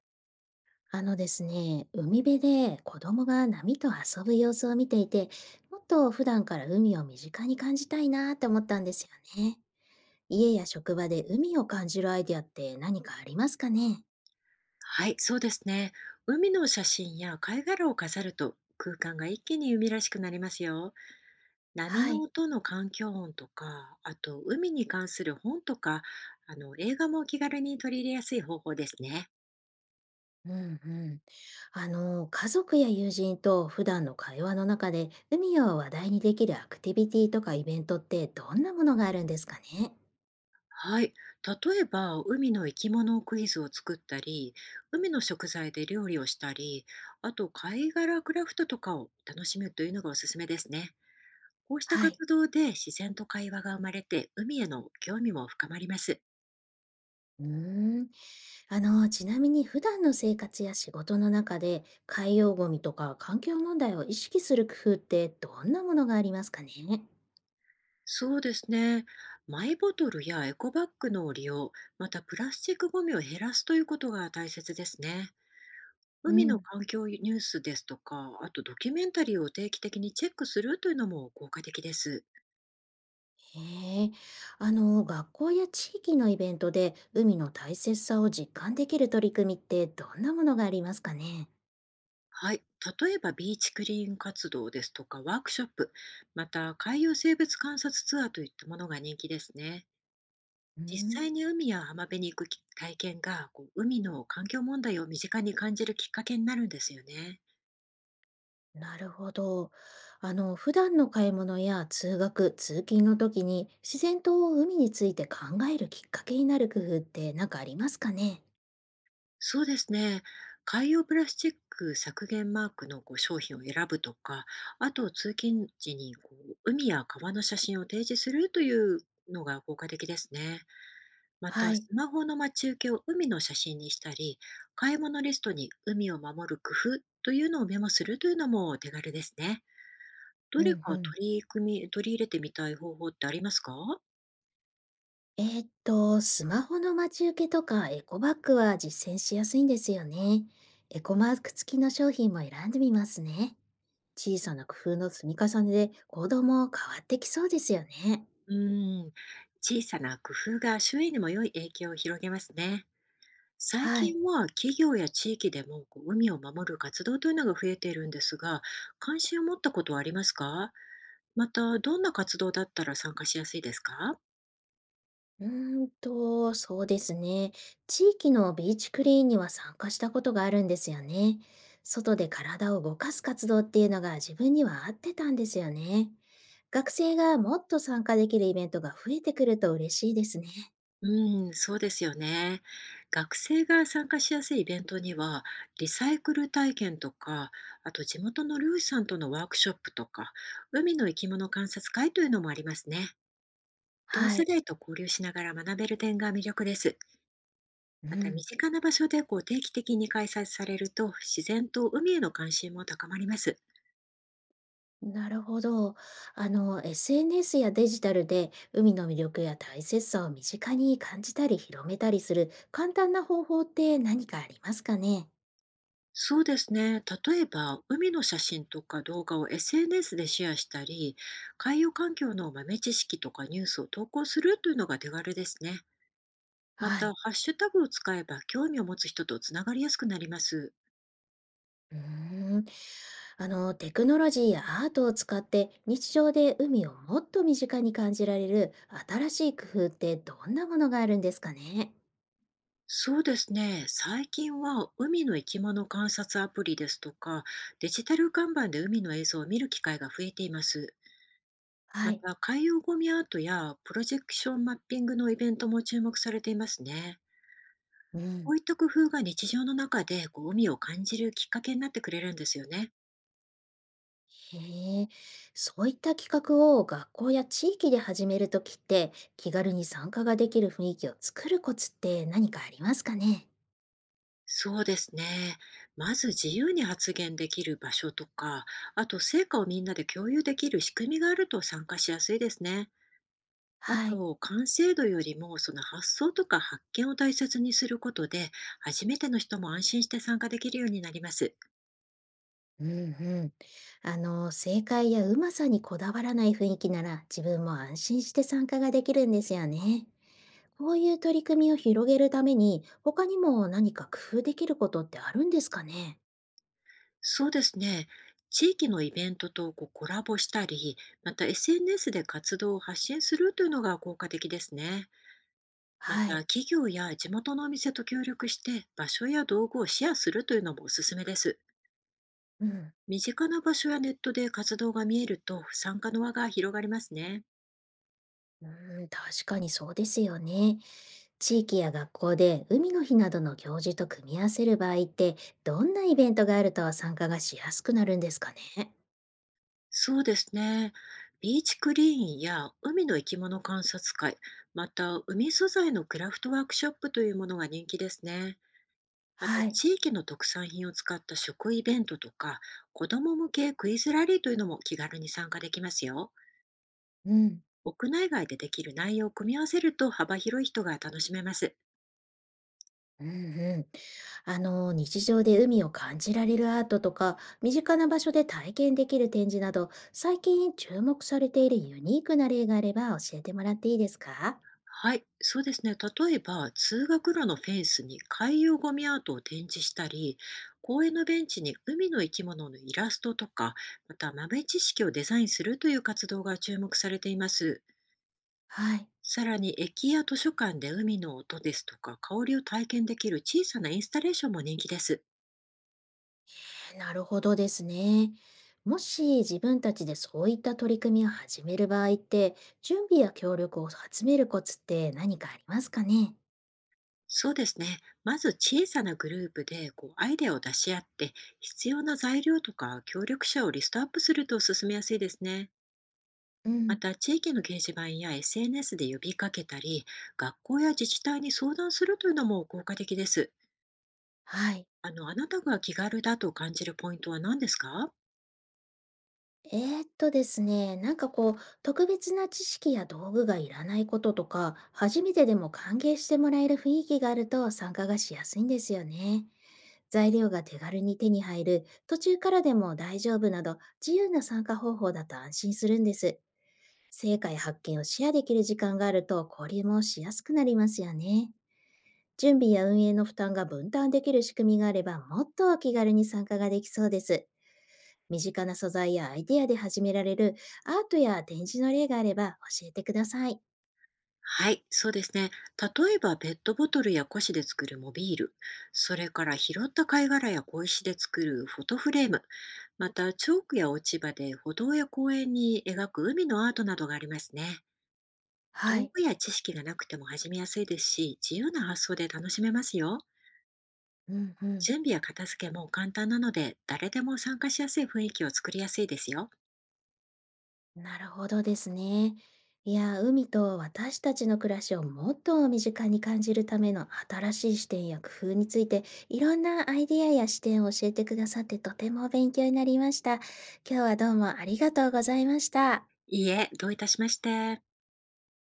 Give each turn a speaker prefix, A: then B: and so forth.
A: あのですね、海辺で子供が波と遊ぶ様子を見ていて、もっと普段から海を身近に感じたいなって思ったんですよね。家や職場で海を感じるアイデアって何かありますかね？
B: はい、そうですね。海の写真や貝殻を飾ると空間が一気に海らしくなりますよ。波
A: は
B: の
A: い。
B: 音の環境音とか、あと海に関する本とか、あの映画も気軽に取り入れやすい方法ですね。
A: うんうん。家族や友人と普段の会話の中で海を話題にできるアクティビティとかイベントってどんなものがあるんですかね？
B: はい、例えば海の生き物クイズを作ったり、海の食材で料理をしたり、あと貝殻クラフトとかを楽しむというのがおすすめですね。こうした
A: はい。
B: 活動で自然と会話が生まれて海への興味も深まります。
A: うーん。ちなみに普段の生活や仕事の中で海洋ゴミとか環境問題を意識する工夫ってどんなものがありますかね？
B: そうですね。マイボトルやエコバッグの利用、またプラスチックごみを減らすということが大切ですね。
A: う
B: 海の
A: ん、
B: 環境ニュースですとか、あとドキュメンタリーを定期的にチェックするというのも効果的です。
A: へえ、学校や地域のイベントで海の大切さを実感できる取り組みってどんなものがありますかね？
B: はい。例えばビーチクリーン活動ですとかワークショップ、また海洋生物観察ツアーといったものが人気ですね。
A: う
B: 実
A: ん、
B: 際に海や浜辺に行くき体験がこう海の環境問題を身近に感じるきっかけになるんですよね。
A: なるほど。普段の買い物や通学、通勤の時に自然と海について考えるきっかけになる工夫って何かありますかね？
B: そうですね。海洋プラスチック削減マークのこう商品を選ぶとか、あと通勤時にこう海や川の写真を提示するというのが効果的ですね。ま
A: は
B: た、
A: い。
B: スマホの待ち受けを海の写真にしたり、買い物リストに海を守る工夫というのをメモするというのも手軽ですね。ど
A: う
B: れ
A: んう
B: か
A: ん。
B: 取り組み、取り入れてみたい方法ってありますか？
A: スマホの待ち受けとかエコバッグは実践しやすいんですよね。エコマーク付きの商品も選んでみますね。小さな工夫の積み重ねで行動も変わってきそうですよね。
B: うん、小さな工夫が周囲にも良い影響を広げますね。最
A: はい。
B: 近は企業や地域でもこう海を守る活動というのが増えているんですが、関心を持ったことはありますか？また、どんな活動だったら参加しやすいですか？
A: うーそうですね。地域のビーチクリーンには参加したことがあるんですよね。外で体を動かす活動っていうのが自分には合ってたんですよね。学生がもっと参加できるイベントが増えてくると嬉しいですね。
B: うん、そうですよね。学生が参加しやすいイベントには、リサイクル体験とか、あと地元の漁師さんとのワークショップとか、海の生き物観察会というのもありますね。同
A: は
B: 世
A: い。
B: 代と交流しながら学べる点が魅力です。
A: う
B: また身
A: ん、
B: 近な場所でこう定期的に開催されると自然と海への関心も高まります。
A: なるほど。SNS やデジタルで海の魅力や大切さを身近に感じたり広めたりする簡単な方法って何かありますかね？
B: そうですね。例えば海の写真とか動画を SNS でシェアしたり、海洋環境の豆知識とかニュースを投稿するというのが手軽ですね。ま
A: は
B: た、
A: い。
B: ハッシュタグを使えば興味を持つ人とつながりやすくなります。
A: うーん。テクノロジーやアートを使って日常で海をもっと身近に感じられる新しい工夫ってどんなものがあるんですかね？
B: そうですね。最近は海の生き物観察アプリですとか、デジタル看板で海の映像を見る機会が増えています。
A: は
B: ま
A: い。
B: た、海洋ゴミアートやプロジェクションマッピングのイベントも注目されていますね。
A: う
B: こ
A: ん。
B: ういった工夫が日常の中でゴミを感じるきっかけになってくれるんですよね。
A: へえ、そういった企画を学校や地域で始めるときって、気軽に参加ができる雰囲気を作るコツって何かありますかね？
B: そうですね。まず自由に発言できる場所とか、あと成果をみんなで共有できる仕組みがあると参加しやすいですね。あ
A: はい。
B: と、完成度よりもその発想とか発見を大切にすることで、初めての人も安心して参加できるようになります。
A: うんうん。正解やうまさにこだわらない雰囲気なら、自分も安心して参加ができるんですよね。こういう取り組みを広げるために、他にも何か工夫できることってあるんですかね？
B: そうですね。地域のイベントとこうコラボしたり、また SNS で活動を発信するというのが効果的ですね。ま
A: は
B: た
A: い。
B: 企業や地元のお店と協力して場所や道具をシェアするというのもおすすめです。
A: うん。
B: 身近な場所やネットで活動が見えると参加の輪が広がりますね。
A: うん、確かにそうですよね。地域や学校で海の日などの行事と組み合わせる場合って、どんなイベントがあると参加がしやすくなるんですかね？
B: そうですね。ビーチクリーンや海の生き物観察会、また海素材のクラフトワークショップというものが人気ですね。また、
A: はい。
B: 地域の特産品を使った食イベントとか、子供向けクイズラリーというのも気軽に参加できますよ。
A: うん。
B: 屋内外でできる内容を組み合わせると幅広い人が楽しめます。
A: うんうん。日常で海を感じられるアートとか、身近な場所で体験できる展示など、最近注目されているユニークな例があれば教えてもらっていいですか？
B: はい、そうですね。例えば、通学路のフェンスに海洋ゴミアートを展示したり、公園のベンチに海の生き物のイラストとか、また豆知識をデザインするという活動が注目されています。
A: はい。
B: さらに駅や図書館で海の音ですとか香りを体験できる小さなインスタレーションも人気です。
A: なるほどですね。もし自分たちでそういった取り組みを始める場合って、準備や協力を集めるコツって何かありますかね？
B: そうですね。まず小さなグループでこうアイデアを出し合って必要な材料とか協力者をリストアップすると進めやすいですね。
A: う
B: ま
A: ん、
B: た地域の掲示板や SNS で呼びかけたり学校や自治体に相談するというのも効果的です。
A: はい。
B: あの、あなたが気軽だと感じるポイントは何ですか？
A: ですね、なんかこう、特別な知識や道具がいらないこととか、初めてでも歓迎してもらえる雰囲気があると参加がしやすいんですよね。材料が手軽に手に入る、途中からでも大丈夫など、自由な参加方法だと安心するんです。成果や発見をシェアできる時間があると交流もしやすくなりますよね。準備や運営の負担が分担できる仕組みがあればもっとお気軽に参加ができそうです。身近な素材やアイデアで始められるアートや展示の例があれば教えてください。
B: はい、そうですね。例えばペットボトルや古紙で作るモビール、それから拾った貝殻や小石で作るフォトフレーム、またチョークや落ち葉で歩道や公園に描く海のアートなどがありますね。
A: は
B: 道
A: い。
B: 具や知識がなくても始めやすいですし、自由な発想で楽しめますよ。
A: うんうん。
B: 準備や片付けも簡単なので、誰でも参加しやすい雰囲気を作りやすいですよ。
A: なるほどですね。いや、海と私たちの暮らしをもっと身近に感じるための新しい視点や工夫について、いろんなアイディアや視点を教えてくださってとても勉強になりました。今日はどうもありがとうございました。
B: いいえ、どういたしまして。